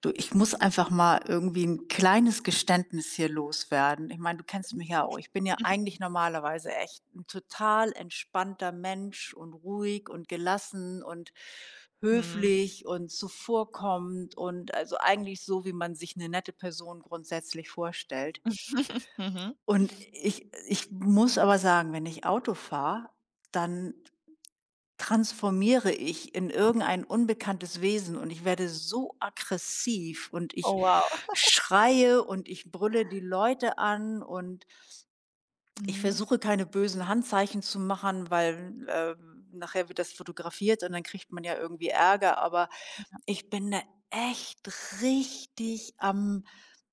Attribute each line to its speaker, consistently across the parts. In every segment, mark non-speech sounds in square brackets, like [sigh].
Speaker 1: Du, ich muss einfach mal irgendwie ein kleines Geständnis hier loswerden. Ich meine, du kennst mich ja auch. Ich bin ja eigentlich normalerweise echt ein total entspannter Mensch und ruhig und gelassen und
Speaker 2: Mhm.
Speaker 1: höflich und zuvorkommend und also eigentlich so, wie man sich eine nette Person grundsätzlich vorstellt.
Speaker 2: [laughs] Mhm.
Speaker 1: Und ich muss aber sagen, wenn ich Auto fahre, dann transformiere ich in irgendein unbekanntes Wesen und ich werde so aggressiv und ich
Speaker 2: Oh, wow.
Speaker 1: schreie und ich brülle die Leute an, und ich
Speaker 2: Mhm.
Speaker 1: versuche keine bösen Handzeichen zu machen, weil nachher wird das fotografiert und dann kriegt man ja irgendwie Ärger. Aber ich bin da echt richtig am,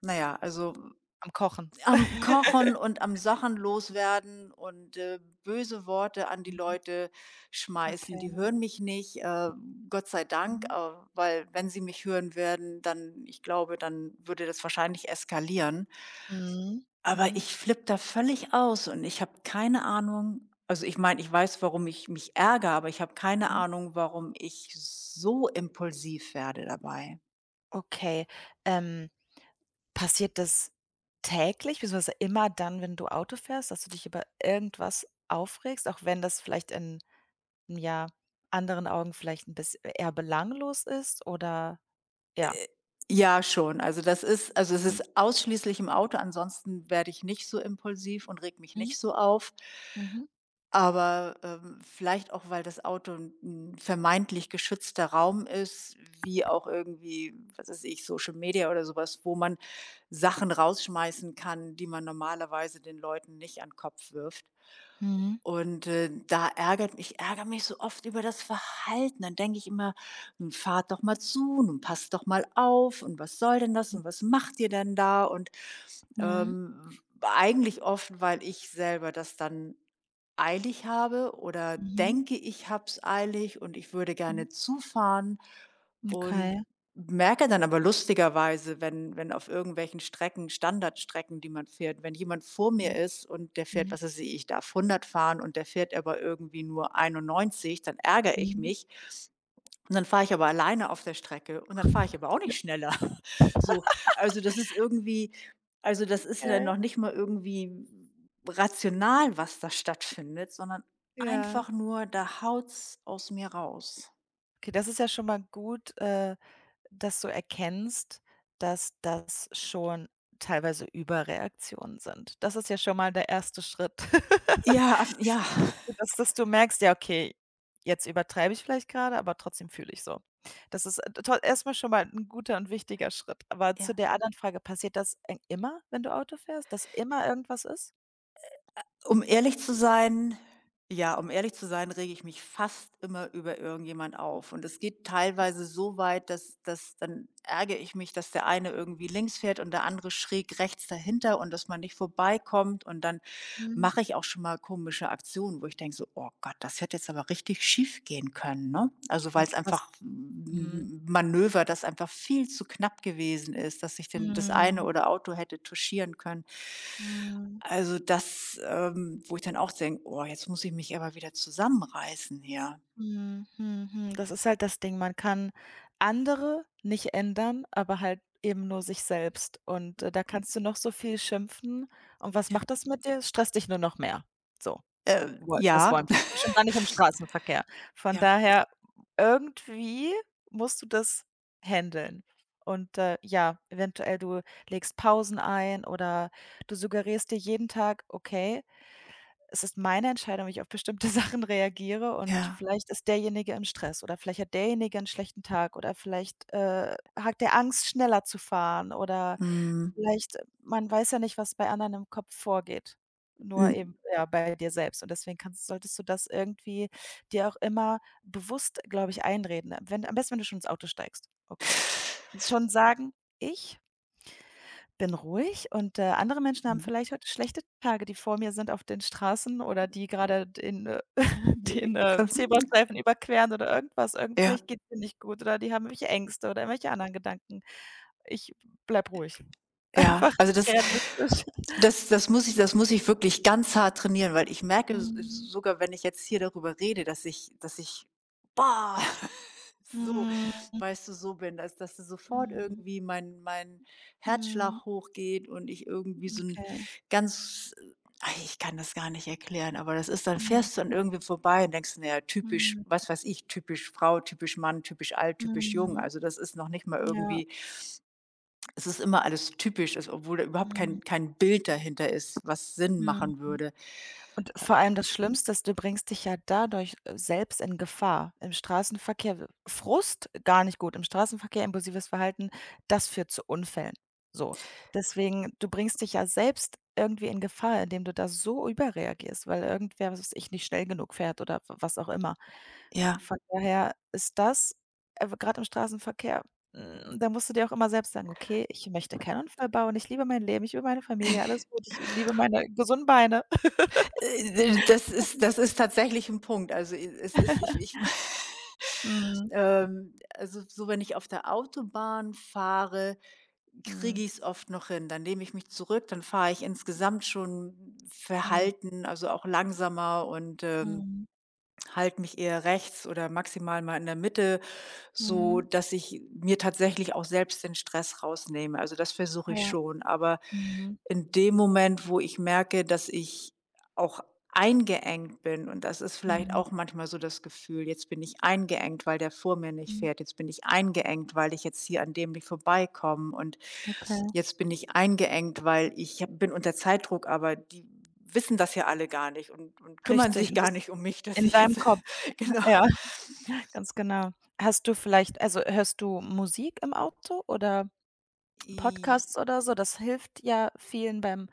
Speaker 1: naja, also
Speaker 2: Am Kochen.
Speaker 1: am Kochen und am Sachen loswerden und, böse Worte an die
Speaker 2: Mhm.
Speaker 1: Leute schmeißen.
Speaker 2: Okay.
Speaker 1: Die hören mich nicht, Gott sei Dank,
Speaker 2: Mhm.
Speaker 1: weil wenn sie mich hören werden, dann ich glaube, dann würde das wahrscheinlich eskalieren.
Speaker 2: Mhm.
Speaker 1: Aber
Speaker 2: Mhm.
Speaker 1: ich flippe da völlig aus und ich habe keine Ahnung. Also, ich meine, ich weiß, warum ich mich ärgere, aber ich habe keine
Speaker 2: Mhm.
Speaker 1: Ahnung, warum ich so impulsiv werde dabei.
Speaker 2: Okay. Ähm, passiert das täglich, beziehungsweise immer dann, wenn du Auto fährst, dass du dich über irgendwas aufregst, auch wenn das vielleicht in, ja, anderen Augen vielleicht ein bisschen eher belanglos ist oder ja?
Speaker 1: Ja, schon. Also, das ist, also, es
Speaker 2: Mhm.
Speaker 1: ist ausschließlich im Auto, ansonsten werde ich nicht so impulsiv und reg mich nicht so auf.
Speaker 2: Mhm.
Speaker 1: Aber, vielleicht auch, weil das Auto ein 'n vermeintlich geschützter Raum ist, wie auch irgendwie, was weiß ich, Social Media oder sowas, wo man Sachen rausschmeißen kann, die man normalerweise den Leuten nicht an den Kopf wirft.
Speaker 2: Mhm.
Speaker 1: Und, da ärgert ich ärgere mich so oft über das Verhalten. Dann denke ich immer: „Nun fahrt doch mal zu, nun passt doch mal auf und was soll denn das und was macht ihr denn da?“ Und,
Speaker 2: Mhm.
Speaker 1: ähm, eigentlich oft, weil ich selber das dann eilig habe oder
Speaker 2: Mhm.
Speaker 1: denke, ich hab's eilig und ich würde
Speaker 2: Mhm.
Speaker 1: gerne zufahren
Speaker 2: Okay.
Speaker 1: und merke dann aber lustigerweise, wenn auf irgendwelchen Strecken, Standardstrecken, die man fährt, wenn jemand vor mir
Speaker 2: Mhm.
Speaker 1: ist und der fährt,
Speaker 2: Mhm.
Speaker 1: was weiß ich, ich darf 100 fahren und der fährt aber irgendwie nur 91, dann ärgere ich
Speaker 2: Mhm.
Speaker 1: mich, und dann fahre ich aber alleine auf der Strecke und dann fahre ich aber auch nicht schneller. [laughs] So, also das ist irgendwie, also das ist ja dann
Speaker 2: Okay.
Speaker 1: noch nicht mal irgendwie rational, was da stattfindet, sondern
Speaker 2: Ja.
Speaker 1: einfach nur, da haut's aus mir raus.
Speaker 2: Okay, das ist ja schon mal gut, dass du erkennst, dass das schon teilweise Überreaktionen sind. Das ist ja schon mal der erste Schritt, [laughs]
Speaker 1: Ja.
Speaker 2: dass du merkst: „Ja, okay, jetzt übertreibe ich vielleicht gerade, aber trotzdem fühle ich so.“ Das ist toll erst mal schon mal ein guter und wichtiger Schritt. Aber zu
Speaker 1: Ja.
Speaker 2: der anderen Frage, passiert das ei immer, wenn du Auto fährst, dass immer irgendwas ist?
Speaker 1: Um ehrlich zu sein Ja, um ehrlich zu sein, rege ich mich fast immer über irgendjemand auf. Und es geht teilweise so weit, dass dann ärgere ich mich, dass der eine irgendwie links fährt und der andere schräg rechts dahinter und dass man nicht vorbeikommt und dann
Speaker 2: Mhm.
Speaker 1: mache ich auch schon mal komische Aktionen, wo ich denke so: „Oh Gott, das hätte jetzt aber richtig schief gehen können“, ne? Also, weil es
Speaker 2: Okay, was
Speaker 1: einfach
Speaker 2: Mhm.
Speaker 1: 'n Manöver, das einfach viel zu knapp gewesen ist, dass ich denn das eine
Speaker 2: Mhm.
Speaker 1: oder Auto hätte touchieren können.
Speaker 2: Mhm.
Speaker 1: Also, das, wo ich dann auch denke: „Oh, jetzt muss ich mich aber wieder zusammenreißen hier.“
Speaker 2: Mhm, mhm, mhm. Das ist halt das Ding. Man kann andere nicht ändern, aber halt eben nur sich selbst. Und, da kannst du noch so viel schimpfen. Und was
Speaker 1: Ja.
Speaker 2: macht das mit dir? Es stresst dich nur noch mehr. So, woll das
Speaker 1: Ja.
Speaker 2: wollen wir nicht und schon
Speaker 1: [laughs]
Speaker 2: gar nicht im Straßenverkehr. Von
Speaker 1: Ja,
Speaker 2: daher, irgendwie musst du das handeln. Und, ja, eventuell du legst Pausen ein oder du suggerierst dir jeden Tag: „Okay, es ist meine Entscheidung, wie ich auf bestimmte [laughs] Sachen reagiere und
Speaker 1: ja.
Speaker 2: vielleicht ist derjenige im Stress oder vielleicht hat derjenige einen schlechten Tag oder vielleicht, hat der Angst, schneller zu fahren oder
Speaker 1: Mhm.
Speaker 2: vielleicht man weiß ja nicht, was bei anderen im Kopf vorgeht, nur eben,
Speaker 1: Mhm.
Speaker 2: ja, bei dir selbst und deswegen kannst solltest du das irgendwie dir auch immer bewusst, glaube ich, einreden. Wenn am besten, wenn du schon ins Auto steigst. Okay. Schon sagen: „Ich bin ruhig und, andere Menschen haben
Speaker 1: Mhm.
Speaker 2: vielleicht heute schlechte Tage, die vor mir sind auf den Straßen oder die gerade [laughs] den,
Speaker 1: Ähm,
Speaker 2: Zebrastreifen überqueren oder irgendwas. Irgend
Speaker 1: ja.
Speaker 2: vielleicht geht es denen nicht gut oder die haben irgendwelche Ängste oder irgendwelche anderen Gedanken. Ich bleib ruhig, [laughs]
Speaker 1: Ja,
Speaker 2: einfach
Speaker 1: also das
Speaker 2: realistisch.
Speaker 1: das das muss ich, das muss ich wirklich ganz hart trainieren, weil ich merke s
Speaker 2: Mhm.
Speaker 1: sogar, wenn ich jetzt hier darüber rede, dass ich, boah, [laughs] so
Speaker 2: Mhm.
Speaker 1: weißt du, so bin, dass dass sofort
Speaker 2: Mhm.
Speaker 1: irgendwie mein
Speaker 2: Mhm.
Speaker 1: Herzschlag hochgeht und ich irgendwie so ein
Speaker 2: Okay.
Speaker 1: ganz ei, ich kann das gar nicht erklären, aber das ist dann
Speaker 2: Mhm.
Speaker 1: fährst du an irgendwie vorbei und denkst: „Na ja, typisch,
Speaker 2: Mhm.
Speaker 1: was weiß ich, typisch Frau, typisch Mann, typisch alt, typisch jung.“
Speaker 2: Mhm.
Speaker 1: Also, das ist noch nicht mal
Speaker 2: Ja.
Speaker 1: irgendwie, es ist immer alles typisch ist, obwohl da überhaupt
Speaker 2: Mhm.
Speaker 1: kein Bild dahinter ist, was Sinn machen
Speaker 2: Mhm.
Speaker 1: würde.
Speaker 2: Und vor allem das Schlimmste ist, du bringst dich ja dadurch, selbst in Gefahr. Im Straßenverkehr w Frust gar nicht gut, im Straßenverkehr impulsives Verhalten, das führt zu Unfällen. So. Deswegen, du bringst dich ja selbst irgendwie in Gefahr, indem du da so überreagierst, weil irgendwer, was weiß ich, nicht schnell genug fährt oder w was auch immer.
Speaker 1: Ja,
Speaker 2: Von daher ist das, gerade im Straßenverkehr da musst du dir auch immer selbst sagen: „Okay, ich möchte keinen Unfall bauen, ich liebe mein Leben, ich liebe meine Familie, alles gut, ich liebe meine gesunden Beine.“ [laughs]
Speaker 1: das ist, das ist tatsächlich ein Punkt. Also, i es ist ich ich [laughs]
Speaker 2: Mhm.
Speaker 1: also, so wenn ich auf der Autobahn fahre,
Speaker 2: Mhm.
Speaker 1: kriege ich es oft noch hin. Dann nehme ich mich zurück, dann fahre ich insgesamt schon
Speaker 2: Mhm.
Speaker 1: verhalten, also auch langsamer und,
Speaker 2: Mhm.
Speaker 1: halte mich eher rechts oder maximal mal in der Mitte. So,
Speaker 2: Mhm.
Speaker 1: dass ich mir tatsächlich auch selbst den Stress rausnehme. Also, das versuche ich
Speaker 2: Ja.
Speaker 1: schon. Aber
Speaker 2: Mhm.
Speaker 1: in dem Moment, wo ich merke, dass ich auch eingeengt bin, und das ist vielleicht
Speaker 2: Mhm.
Speaker 1: auch manchmal so das Gefühl, jetzt bin ich eingeengt, weil der vor mir nicht
Speaker 2: Mhm.
Speaker 1: fährt, jetzt bin ich eingeengt, weil ich jetzt hier an dem nicht vorbeikomme und
Speaker 2: Okay.
Speaker 1: jetzt bin ich eingeengt, weil ich hab- bin unter Zeitdruck, aber die wissen das ja alle gar nicht und, und kümmern
Speaker 2: Richtig.
Speaker 1: sich
Speaker 2: Und
Speaker 1: gar
Speaker 2: das
Speaker 1: nicht
Speaker 2: ist
Speaker 1: um mich, dass
Speaker 2: in
Speaker 1: ich
Speaker 2: deinem
Speaker 1: jetzt
Speaker 2: Kopf.
Speaker 1: [laughs]
Speaker 2: [laughs]
Speaker 1: genau.
Speaker 2: Ja, ganz genau. Hast du vielleicht, also, hörst du Musik im Auto oder
Speaker 1: I-
Speaker 2: Podcasts oder so? Das hilft ja vielen beim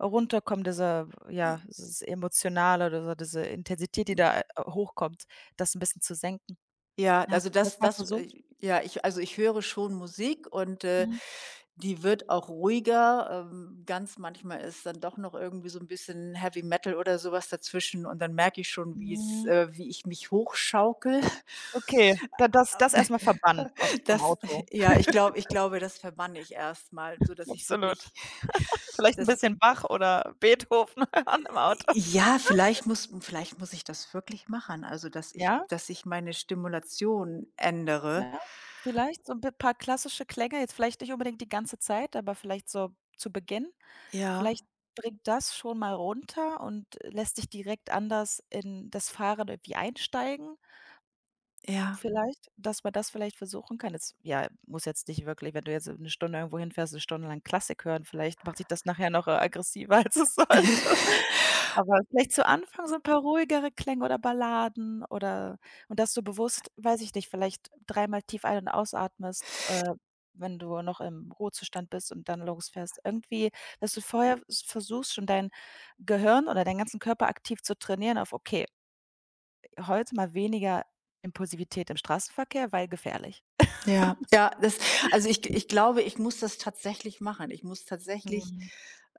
Speaker 2: Runterkommen, diese ja, dieses Emotionale oder so, diese Intensität, die da, hochkommt, das ein bisschen zu senken.
Speaker 1: Ja, also
Speaker 2: Hast du das
Speaker 1: das
Speaker 2: mal
Speaker 1: das
Speaker 2: versucht?
Speaker 1: ja, ich, also ich höre schon Musik und,
Speaker 2: Mhm.
Speaker 1: die wird auch ruhiger. Ganz manchmal ist dann doch noch irgendwie so ein bisschen Heavy Metal oder sowas dazwischen und dann merke ich schon, wie's
Speaker 2: Mhm.
Speaker 1: wie ich mich hochschaukel. [laughs]
Speaker 2: Okay, da das
Speaker 1: Ähm,
Speaker 2: erstmal verbannen, vom
Speaker 1: Das
Speaker 2: Auto.
Speaker 1: ja, ich glaube, das verbanne ich erstmal, so dass ich
Speaker 2: Absolut.
Speaker 1: wirklich [laughs]
Speaker 2: Vielleicht 'n
Speaker 1: das,
Speaker 2: bisschen Bach oder Beethoven [laughs] hören im Auto.
Speaker 1: ja, vielleicht muss ich das wirklich machen, also dass ich,
Speaker 2: Ja,
Speaker 1: dass ich meine Stimulation ändere.
Speaker 2: ja, vielleicht so 'n bi paar klassische Klänge, jetzt vielleicht nicht unbedingt die ganze Zeit, aber vielleicht so zu Beginn.
Speaker 1: Ja,
Speaker 2: Vielleicht bringt das schon mal runter und lässt dich direkt anders in das Fahren irgendwie einsteigen
Speaker 1: ja.
Speaker 2: vielleicht, dass man das vielleicht versuchen kann. Jetzt ja, muss jetzt nicht wirklich wenn du jetzt 'ne Stunde irgendwo hinfährst, 'ne Stunde lang Klassik hören, vielleicht macht dich das nachher noch, aggressiver, [laughs] als es sollte.
Speaker 1: [laughs]
Speaker 2: Aber vielleicht zu Anfang so 'n paar ruhigere Klänge oder Balladen oder und dass du bewusst, weiß ich nicht, vielleicht dreimal tief ein und ausatmest, wenn du noch im Ruhezustand bist und dann losfährst. Irgendwie, dass du vorher s versuchst, schon dein Gehirn oder deinen ganzen Körper aktiv zu trainieren auf: „Okay, heute mal weniger Impulsivität im Straßenverkehr, weil gefährlich.“
Speaker 1: Ja, ja, das, also ich glaube, ich muss das tatsächlich machen. Ich muss tatsächlich,
Speaker 2: Mhm.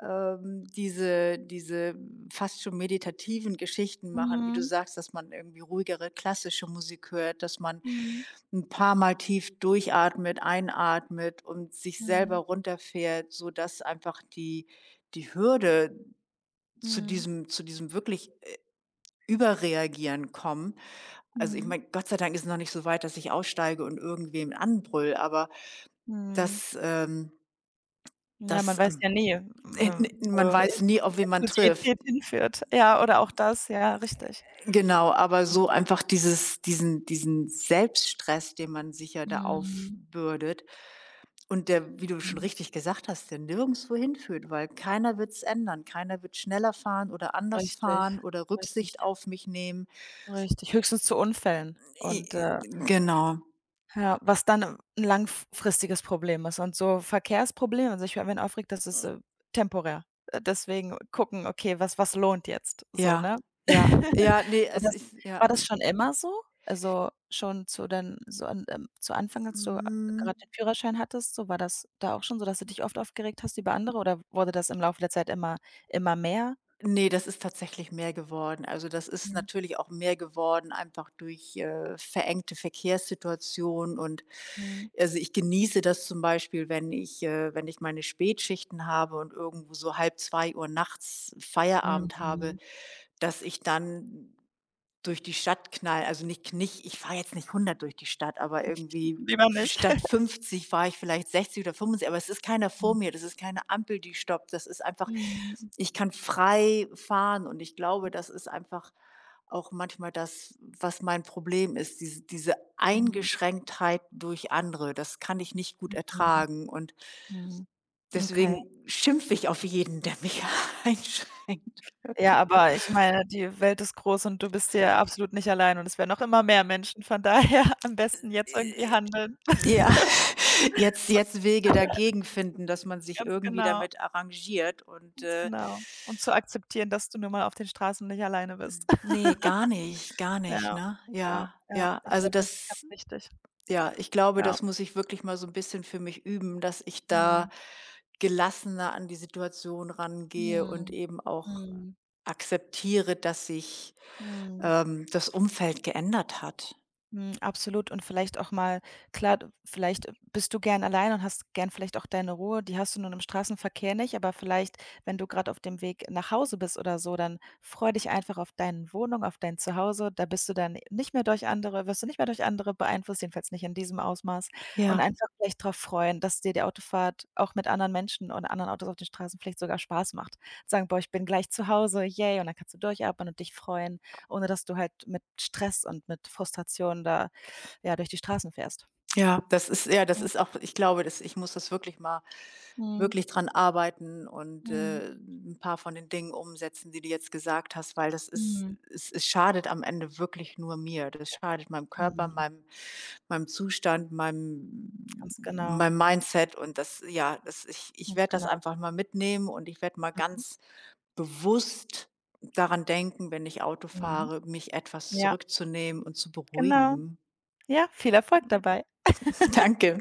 Speaker 1: diese fast schon meditativen Geschichten machen, wie du
Speaker 2: Mhm.
Speaker 1: sagst, dass man irgendwie ruhigere klassische Musik hört, dass man
Speaker 2: Mhm.
Speaker 1: ein paar Mal tief durchatmet, einatmet und sich selber
Speaker 2: Mhm.
Speaker 1: runterfährt, sodass einfach die Hürde zu
Speaker 2: Mhm.
Speaker 1: diesem wirklich Überreagieren kommen. Also, ich
Speaker 2: Mhm.
Speaker 1: meine, Gott sei Dank ist es noch nicht so weit, dass ich aussteige und irgendwen anbrüll. Aber
Speaker 2: Mhm.
Speaker 1: das,
Speaker 2: Ja, man
Speaker 1: das,
Speaker 2: weiß ja nie,
Speaker 1: [laughs] man
Speaker 2: wo
Speaker 1: weiß
Speaker 2: I
Speaker 1: nie, auf wen man trifft.
Speaker 2: Impulsivität hinführt. Ja, oder auch das, ja, richtig.
Speaker 1: Genau, aber so einfach dieses diesen Selbststress, den man sich ja da
Speaker 2: Mhm,
Speaker 1: aufbürdet und der, wie du schon
Speaker 2: mhm,
Speaker 1: richtig gesagt hast, der nirgendswo hinführt, weil keiner wird es ändern. Keiner wird schneller fahren oder anders
Speaker 2: richtig,
Speaker 1: fahren oder
Speaker 2: richtig,
Speaker 1: Rücksicht auf mich nehmen.
Speaker 2: richtig. Höchstens zu Unfällen
Speaker 1: I
Speaker 2: und,
Speaker 1: Genau.
Speaker 2: ja, was dann 'n langfristiges Problem ist und so Verkehrsprobleme. Also ich über wen aufregt, das ist temporär. Deswegen gucken, okay, was lohnt jetzt so,
Speaker 1: Ja,
Speaker 2: ne?
Speaker 1: ja, ja,
Speaker 2: [laughs]
Speaker 1: ne,
Speaker 2: War
Speaker 1: es
Speaker 2: das
Speaker 1: ist
Speaker 2: war
Speaker 1: ja.
Speaker 2: das schon immer so? Also, schon zu den so an zu Anfang, als du,
Speaker 1: Hm,
Speaker 2: grad den Führerschein hattest, so war das da auch schon so, dass du dich oft aufgeregt hast über andere oder wurde das im Laufe der Zeit immer mehr?
Speaker 1: ne, das ist tatsächlich mehr geworden. Also, das ist
Speaker 2: Mhm,
Speaker 1: natürlich auch mehr geworden, einfach durch, verengte Verkehrssituationen und,
Speaker 2: mhm,
Speaker 1: also, ich genieße das zum Beispiel, wenn ich, wenn ich meine Spätschichten habe und irgendwo so halb zwei Uhr nachts Feierabend habe,
Speaker 2: mhm.
Speaker 1: dass ich dann durch die Stadt knall, also nicht nicht ich fahre jetzt nicht 100 durch die Stadt, aber irgendwie
Speaker 2: Lieber nicht.
Speaker 1: statt 50 fahre ich vielleicht 60 oder 75, aber es ist keiner vor
Speaker 2: Mhm,
Speaker 1: mir, das ist keine Ampel, die stoppt. Das ist einfach,
Speaker 2: mhm,
Speaker 1: ich kann frei fahren und ich glaube, das ist einfach auch manchmal das, was mein Problem ist, diese
Speaker 2: mhm,
Speaker 1: Eingeschränktheit durch andere. Das kann ich nicht gut
Speaker 2: mhm,
Speaker 1: ertragen und
Speaker 2: mhm. Okay.
Speaker 1: deswegen schimpfe ich auf jeden, der mich [laughs] einschränkt.
Speaker 2: Ja, aber ich meine, die Welt ist groß und du bist ja absolut nicht allein und es werden auch immer mehr Menschen, von [laughs] daher am besten jetzt irgendwie handeln.
Speaker 1: Ja, [laughs] jetzt Wege
Speaker 2: [laughs]
Speaker 1: dagegen finden, dass man sich
Speaker 2: Ganz
Speaker 1: irgendwie
Speaker 2: genau,
Speaker 1: damit arrangiert und,
Speaker 2: ganz genau. Und zu akzeptieren, dass du nun mal auf den Straßen nicht alleine bist. [laughs]
Speaker 1: ne, gar nicht,
Speaker 2: Ja,
Speaker 1: ne?
Speaker 2: ja,
Speaker 1: Ja,
Speaker 2: ja.
Speaker 1: ja.
Speaker 2: Ich
Speaker 1: Also,
Speaker 2: glaube, das ist ganz
Speaker 1: das,
Speaker 2: wichtig.
Speaker 1: ja, ich glaube,
Speaker 2: Ja.
Speaker 1: das muss ich wirklich mal so ein bisschen für mich üben, dass ich da
Speaker 2: Mhm.
Speaker 1: gelassener an die Situation rangehe und
Speaker 2: Mhm.
Speaker 1: eben auch
Speaker 2: Mhm.
Speaker 1: akzeptiere, dass sich,
Speaker 2: Mhm.
Speaker 1: das Umfeld geändert hat.
Speaker 2: Mhm, absolut und vielleicht auch mal klar, d vielleicht bist du gern allein und hast gern vielleicht auch deine Ruhe, die hast du nun im Straßenverkehr nicht, aber vielleicht, wenn du gerade auf dem Weg nach Hause bist oder so, dann freu dich einfach auf deine Wohnung, auf dein Zuhause. Da bist du dann nicht mehr durch andere wirst du nicht mehr durch andere beeinflusst, jedenfalls nicht in diesem Ausmaß und
Speaker 1: Ja.
Speaker 2: einfach vielleicht darauf freuen, dass dir die Autofahrt auch mit anderen Menschen und anderen Autos auf den Straßen vielleicht sogar Spaß macht. Sagen: „Boah, ich bin gleich zu Hause, yay!“ Und dann kannst du durchatmen und dich freuen, ohne dass du halt mit Stress und mit Frustration da, ja, durch die Straßen fährst.
Speaker 1: Ja, das
Speaker 2: Ja.
Speaker 1: ist auch, ich glaube, das, ich muss das wirklich mal
Speaker 2: Mhm.
Speaker 1: wirklich dran arbeiten und,
Speaker 2: Mhm.
Speaker 1: 'n paar von den Dingen umsetzen, die du jetzt gesagt hast, weil das ist,
Speaker 2: Mhm.
Speaker 1: es es schadet am Ende wirklich nur mir. Das schadet meinem Körper,
Speaker 2: Mhm.
Speaker 1: meinem Zustand,
Speaker 2: Ganz genau,
Speaker 1: meinem Mindset und das, ja, das, ich
Speaker 2: ganz
Speaker 1: werde das
Speaker 2: genau.
Speaker 1: einfach mal mitnehmen und ich werde mal
Speaker 2: Mhm.
Speaker 1: ganz bewusst daran denken, wenn ich Auto
Speaker 2: Mhm.
Speaker 1: fahre, mich etwas
Speaker 2: Ja,
Speaker 1: zurückzunehmen und zu
Speaker 2: genau.
Speaker 1: beruhigen.
Speaker 2: Ja, viel Erfolg dabei.
Speaker 1: [laughs] Danke.